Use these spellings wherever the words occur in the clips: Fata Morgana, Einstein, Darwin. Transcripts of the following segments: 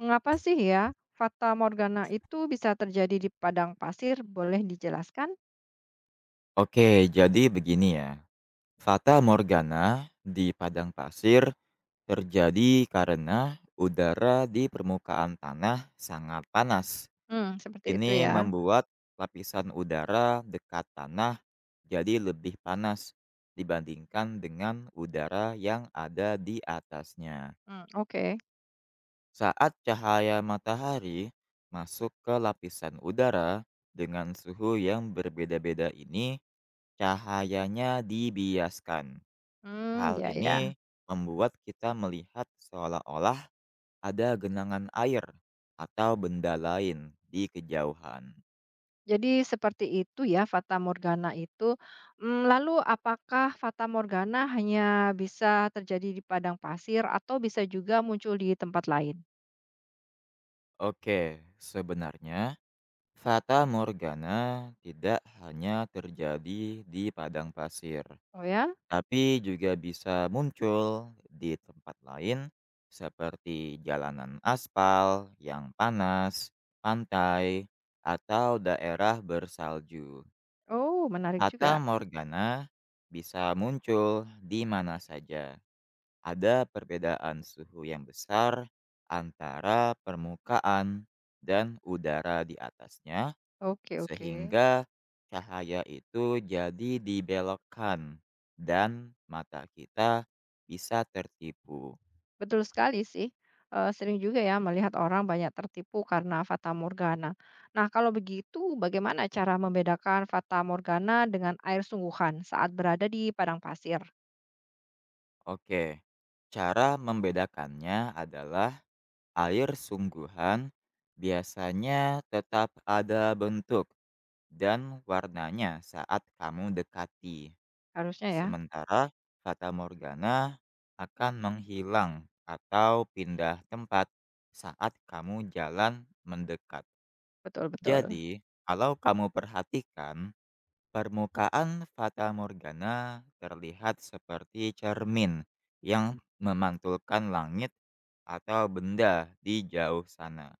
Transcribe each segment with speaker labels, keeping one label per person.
Speaker 1: Mengapa sih ya Fata Morgana itu bisa terjadi di padang pasir? Boleh dijelaskan?
Speaker 2: Oke, jadi begini ya. Fata Morgana di padang pasir terjadi karena udara di permukaan tanah sangat panas.
Speaker 1: Seperti itu
Speaker 2: Ini
Speaker 1: ya.
Speaker 2: membuat lapisan udara dekat tanah jadi lebih panas dibandingkan dengan udara yang ada di atasnya.
Speaker 1: Oke.
Speaker 2: Saat cahaya matahari masuk ke lapisan udara dengan suhu yang berbeda-beda ini, cahayanya dibiaskan. Hal
Speaker 1: Ya, ya.
Speaker 2: ini membuat kita melihat seolah-olah ada genangan air atau benda lain di kejauhan.
Speaker 1: Jadi seperti itu ya Fata Morgana itu. Lalu apakah Fata Morgana hanya bisa terjadi di padang pasir atau bisa juga muncul di tempat lain?
Speaker 2: Oke, sebenarnya fata morgana tidak hanya terjadi di padang pasir,
Speaker 1: Oh ya?
Speaker 2: tapi juga bisa muncul di tempat lain seperti jalanan aspal yang panas, pantai, atau daerah bersalju.
Speaker 1: Oh, menarik
Speaker 2: Fata
Speaker 1: juga.
Speaker 2: Morgana bisa muncul di mana saja. Ada perbedaan suhu yang besar antara permukaan dan udara di atasnya,
Speaker 1: Oke, oke.
Speaker 2: sehingga cahaya itu jadi dibelokkan dan mata kita bisa tertipu.
Speaker 1: Betul sekali sih. Sering juga ya melihat orang banyak tertipu karena fata morgana. Nah, kalau begitu bagaimana cara membedakan fata morgana dengan air sungguhan saat berada di padang pasir?
Speaker 2: Oke, cara membedakannya adalah air sungguhan biasanya tetap ada bentuk dan warnanya saat kamu dekati.
Speaker 1: Harusnya ya,
Speaker 2: Sementara fata morgana akan menghilang atau pindah tempat saat kamu jalan mendekat.
Speaker 1: betul betul.
Speaker 2: Jadi, kalau kamu perhatikan, permukaan fata morgana terlihat seperti cermin yang memantulkan langit atau benda di jauh sana.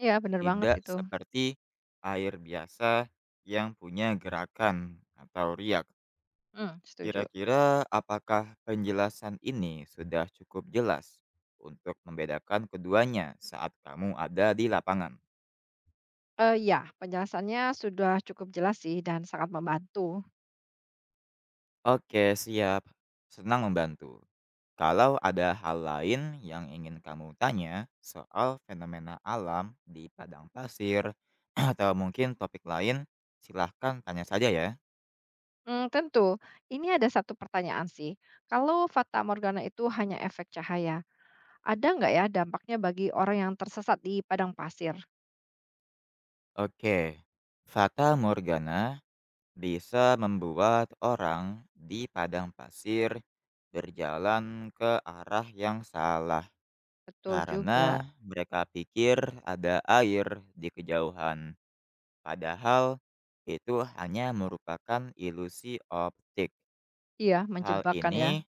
Speaker 1: Iya, bener banget
Speaker 2: Tidak
Speaker 1: itu.
Speaker 2: seperti air biasa yang punya gerakan atau riak.
Speaker 1: Mhm, setuju.
Speaker 2: Kira-kira apakah penjelasan ini sudah cukup jelas untuk membedakan keduanya saat kamu ada di lapangan?
Speaker 1: Iya, penjelasannya sudah cukup jelas sih dan sangat membantu.
Speaker 2: Oke, siap. Senang membantu. Kalau ada hal lain yang ingin kamu tanya soal fenomena alam di padang pasir atau mungkin topik lain, silahkan tanya saja ya.
Speaker 1: Tentu. Ini ada satu pertanyaan sih. Kalau fata morgana itu hanya efek cahaya, ada nggak ya dampaknya bagi orang yang tersesat di padang pasir?
Speaker 2: Oke, Fata Morgana bisa membuat orang di padang pasir berjalan ke arah yang salah
Speaker 1: Betul juga.
Speaker 2: karena mereka pikir ada air di kejauhan. Padahal itu hanya merupakan ilusi optik.
Speaker 1: Iya,
Speaker 2: Hal
Speaker 1: menjebak kan ya.
Speaker 2: ini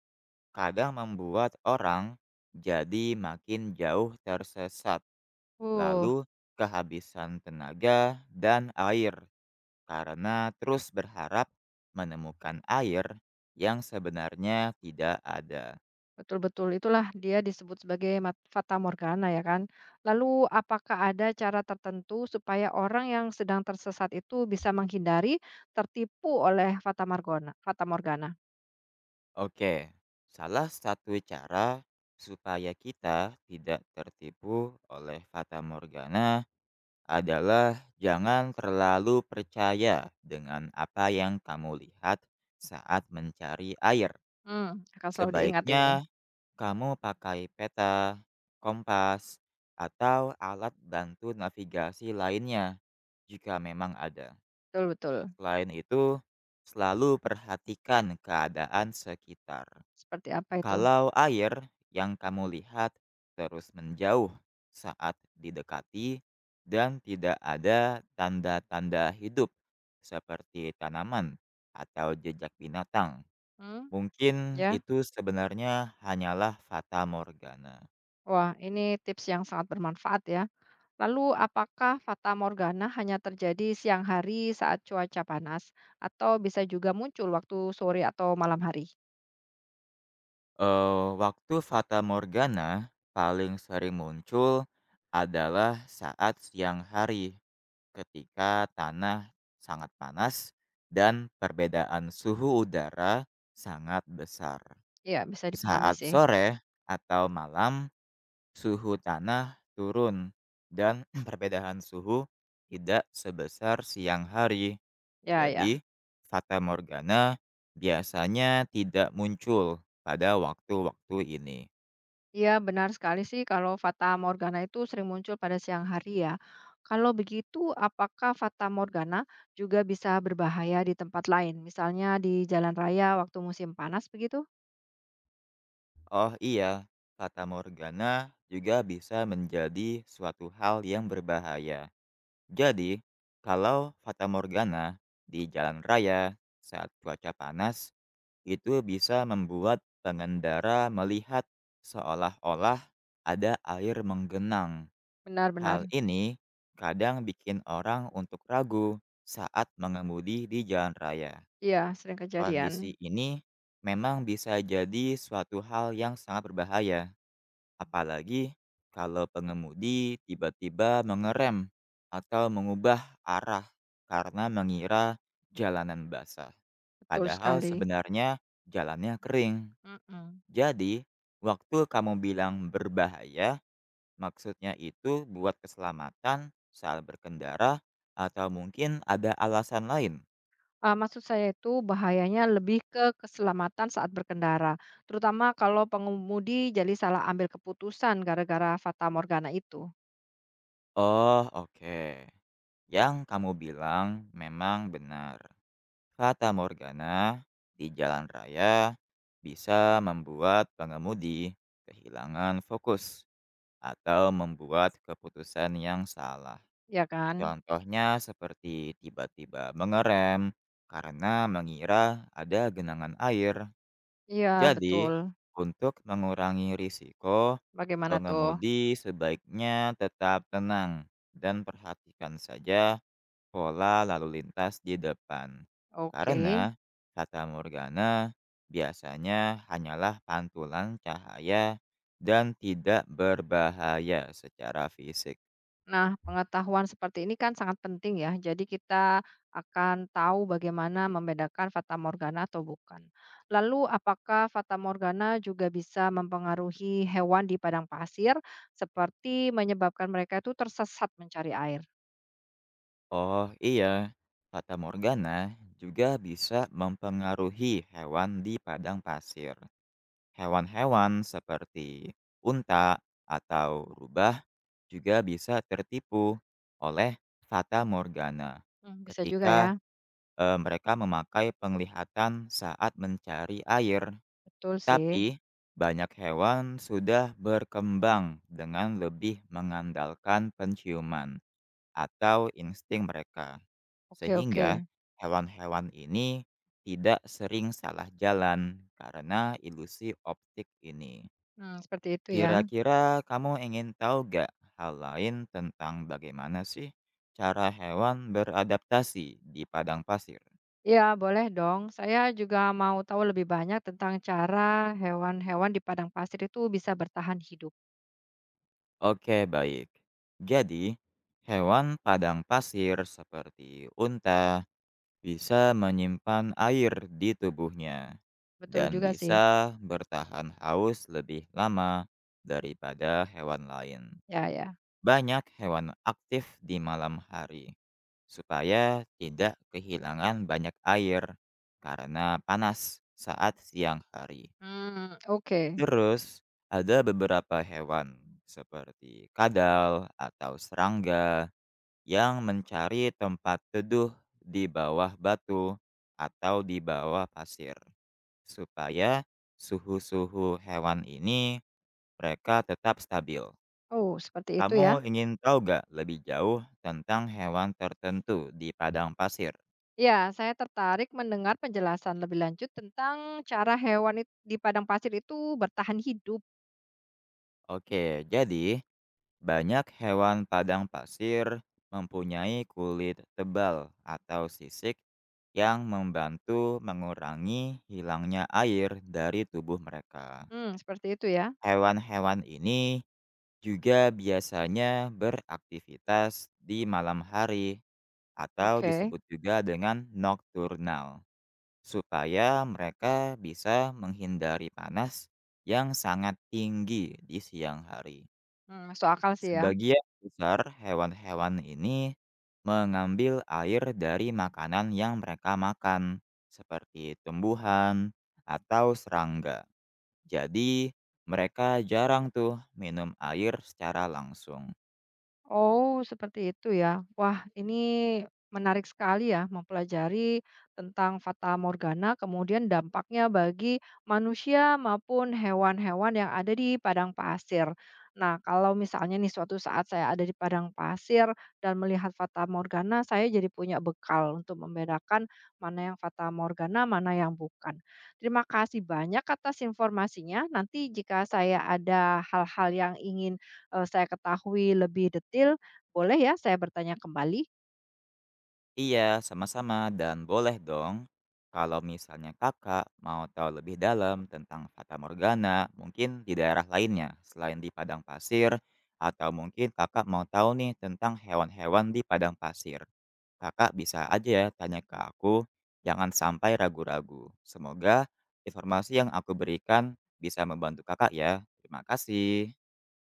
Speaker 2: kadang membuat orang jadi makin jauh tersesat,
Speaker 1: Uh,
Speaker 2: lalu kehabisan tenaga dan air karena terus berharap menemukan air yang sebenarnya tidak ada.
Speaker 1: Betul-betul itulah dia disebut sebagai fata morgana ya kan. Lalu apakah ada cara tertentu supaya orang yang sedang tersesat itu bisa menghindari tertipu oleh fata morgana? Fata morgana.
Speaker 2: Oke, salah satu cara supaya kita tidak tertipu oleh fata morgana adalah jangan terlalu percaya dengan apa yang kamu lihat saat mencari air.
Speaker 1: Akan selalu diingat ini.
Speaker 2: Sebaiknya kamu pakai peta, kompas, atau alat bantu navigasi lainnya jika memang ada.
Speaker 1: Betul-betul.
Speaker 2: Selain itu, selalu perhatikan keadaan sekitar.
Speaker 1: Seperti apa itu?
Speaker 2: Kalau air yang kamu lihat terus menjauh saat didekati dan tidak ada tanda-tanda hidup seperti tanaman atau jejak binatang,
Speaker 1: Hmm,
Speaker 2: mungkin
Speaker 1: Ya.
Speaker 2: itu sebenarnya hanyalah fata morgana.
Speaker 1: Wah, ini tips yang sangat bermanfaat ya. Lalu apakah fata morgana hanya terjadi siang hari saat cuaca panas atau bisa juga muncul waktu sore atau malam hari?
Speaker 2: Eh, waktu fata morgana paling sering muncul adalah saat siang hari ketika tanah sangat panas dan perbedaan suhu udara sangat besar.
Speaker 1: Iya, bisa dipahami
Speaker 2: Saat
Speaker 1: sih.
Speaker 2: sore atau malam, suhu tanah turun dan perbedaan suhu tidak sebesar siang hari.
Speaker 1: Ya,
Speaker 2: Jadi,
Speaker 1: ya.
Speaker 2: fata morgana biasanya tidak muncul pada waktu-waktu ini.
Speaker 1: Iya, benar sekali sih kalau fata morgana itu sering muncul pada siang hari ya. Kalau begitu, apakah fata morgana juga bisa berbahaya di tempat lain, misalnya di jalan raya waktu musim panas begitu?
Speaker 2: Oh iya, fata morgana juga bisa menjadi suatu hal yang berbahaya. Jadi, kalau fata morgana di jalan raya saat cuaca panas itu bisa membuat pengendara melihat seolah-olah ada air menggenang. Hal
Speaker 1: Benar-benar.
Speaker 2: ini kadang bikin orang untuk ragu saat mengemudi di jalan raya.
Speaker 1: Iya, sering kejadian.
Speaker 2: Kondisi ini memang bisa jadi suatu hal yang sangat berbahaya. Apalagi kalau pengemudi tiba-tiba mengerem atau mengubah arah karena mengira jalanan basah.
Speaker 1: Betul
Speaker 2: Padahal
Speaker 1: sekali.
Speaker 2: sebenarnya jalannya kering.
Speaker 1: Mm-mm.
Speaker 2: Jadi, waktu kamu bilang berbahaya, maksudnya itu buat keselamatan saat berkendara atau mungkin ada alasan lain?
Speaker 1: Maksud saya itu bahayanya lebih ke keselamatan saat berkendara, terutama kalau pengemudi jadi salah ambil keputusan gara-gara fata morgana itu,
Speaker 2: Oh, oke. Yang kamu bilang memang benar. Fata Morgana di jalan raya bisa membuat pengemudi kehilangan fokus atau membuat keputusan yang salah.
Speaker 1: ya kan?
Speaker 2: Contohnya seperti tiba-tiba mengerem karena mengira ada genangan air.
Speaker 1: Iya,
Speaker 2: Jadi,
Speaker 1: betul.
Speaker 2: untuk mengurangi risiko,
Speaker 1: Bagaimana tuh?
Speaker 2: pengemudi sebaiknya tetap tenang dan perhatikan saja pola lalu lintas di depan.
Speaker 1: Oke.
Speaker 2: Karena Fata Morgana biasanya hanyalah pantulan cahaya dan tidak berbahaya secara fisik.
Speaker 1: Nah, pengetahuan seperti ini kan sangat penting ya, jadi kita akan tahu bagaimana membedakan fata morgana atau bukan. Lalu apakah fata morgana juga bisa mempengaruhi hewan di padang pasir, seperti menyebabkan mereka itu tersesat mencari air?
Speaker 2: Oh iya, Fata Morgana juga bisa mempengaruhi hewan di padang pasir. Hewan-hewan seperti unta atau rubah juga bisa tertipu oleh Fata Morgana
Speaker 1: Bisa juga ya,
Speaker 2: ketika mereka memakai penglihatan saat mencari air,
Speaker 1: betul sih.
Speaker 2: tapi banyak hewan sudah berkembang dengan lebih mengandalkan penciuman atau insting mereka,
Speaker 1: Oke, oke,
Speaker 2: sehingga hewan-hewan ini tidak sering salah jalan karena ilusi optik ini.
Speaker 1: seperti itu ya.
Speaker 2: Kira-kira kamu ingin tahu gak hal lain tentang bagaimana sih cara hewan beradaptasi di padang pasir?
Speaker 1: Iya boleh dong, saya juga mau tahu lebih banyak tentang cara hewan-hewan di padang pasir itu bisa bertahan hidup.
Speaker 2: Oke, baik. Jadi, hewan padang pasir seperti unta bisa menyimpan air di tubuhnya
Speaker 1: Betul
Speaker 2: dan
Speaker 1: juga sih,
Speaker 2: bisa bertahan haus lebih lama daripada hewan lain.
Speaker 1: ya ya.
Speaker 2: Banyak hewan aktif di malam hari supaya tidak kehilangan banyak air karena panas saat siang hari.
Speaker 1: Oke.
Speaker 2: Terus ada beberapa hewan seperti kadal atau serangga yang mencari tempat teduh di bawah batu atau di bawah pasir supaya suhu-suhu hewan ini mereka tetap stabil.
Speaker 1: Oh, seperti itu
Speaker 2: Kamu
Speaker 1: ya.
Speaker 2: ingin tahu gak lebih jauh tentang hewan tertentu di padang pasir?
Speaker 1: Ya, saya tertarik mendengar penjelasan lebih lanjut tentang cara hewan it di padang pasir itu bertahan hidup.
Speaker 2: Oke, jadi banyak hewan padang pasir mempunyai kulit tebal atau sisik yang membantu mengurangi hilangnya air dari tubuh mereka.
Speaker 1: Seperti itu ya.
Speaker 2: Hewan-hewan ini juga biasanya beraktivitas di malam hari atau
Speaker 1: Oke,
Speaker 2: disebut juga dengan nokturnal, supaya mereka bisa menghindari panas yang sangat tinggi di siang hari.
Speaker 1: masuk akal sih ya.
Speaker 2: Sebagian besar hewan-hewan ini mengambil air dari makanan yang mereka makan, seperti tumbuhan atau serangga. Jadi, mereka jarang tuh minum air secara langsung.
Speaker 1: Oh, seperti itu ya. Wah, ini menarik sekali ya mempelajari tentang fata morgana, kemudian dampaknya bagi manusia maupun hewan-hewan yang ada di padang pasir. Nah, kalau misalnya nih suatu saat saya ada di padang pasir dan melihat fata morgana, saya jadi punya bekal untuk membedakan mana yang fata morgana, mana yang bukan. Terima kasih banyak atas informasinya. Nanti jika saya ada hal-hal yang ingin saya ketahui lebih detail, boleh ya saya bertanya kembali?
Speaker 2: Iya, sama-sama dan boleh dong. Kalau misalnya kakak mau tahu lebih dalam tentang fata morgana, mungkin di daerah lainnya selain di padang pasir, atau mungkin kakak mau tahu nih tentang hewan-hewan di padang pasir. Kakak bisa aja ya tanya ke aku, jangan sampai ragu-ragu. Semoga informasi yang aku berikan bisa membantu kakak ya. Terima kasih.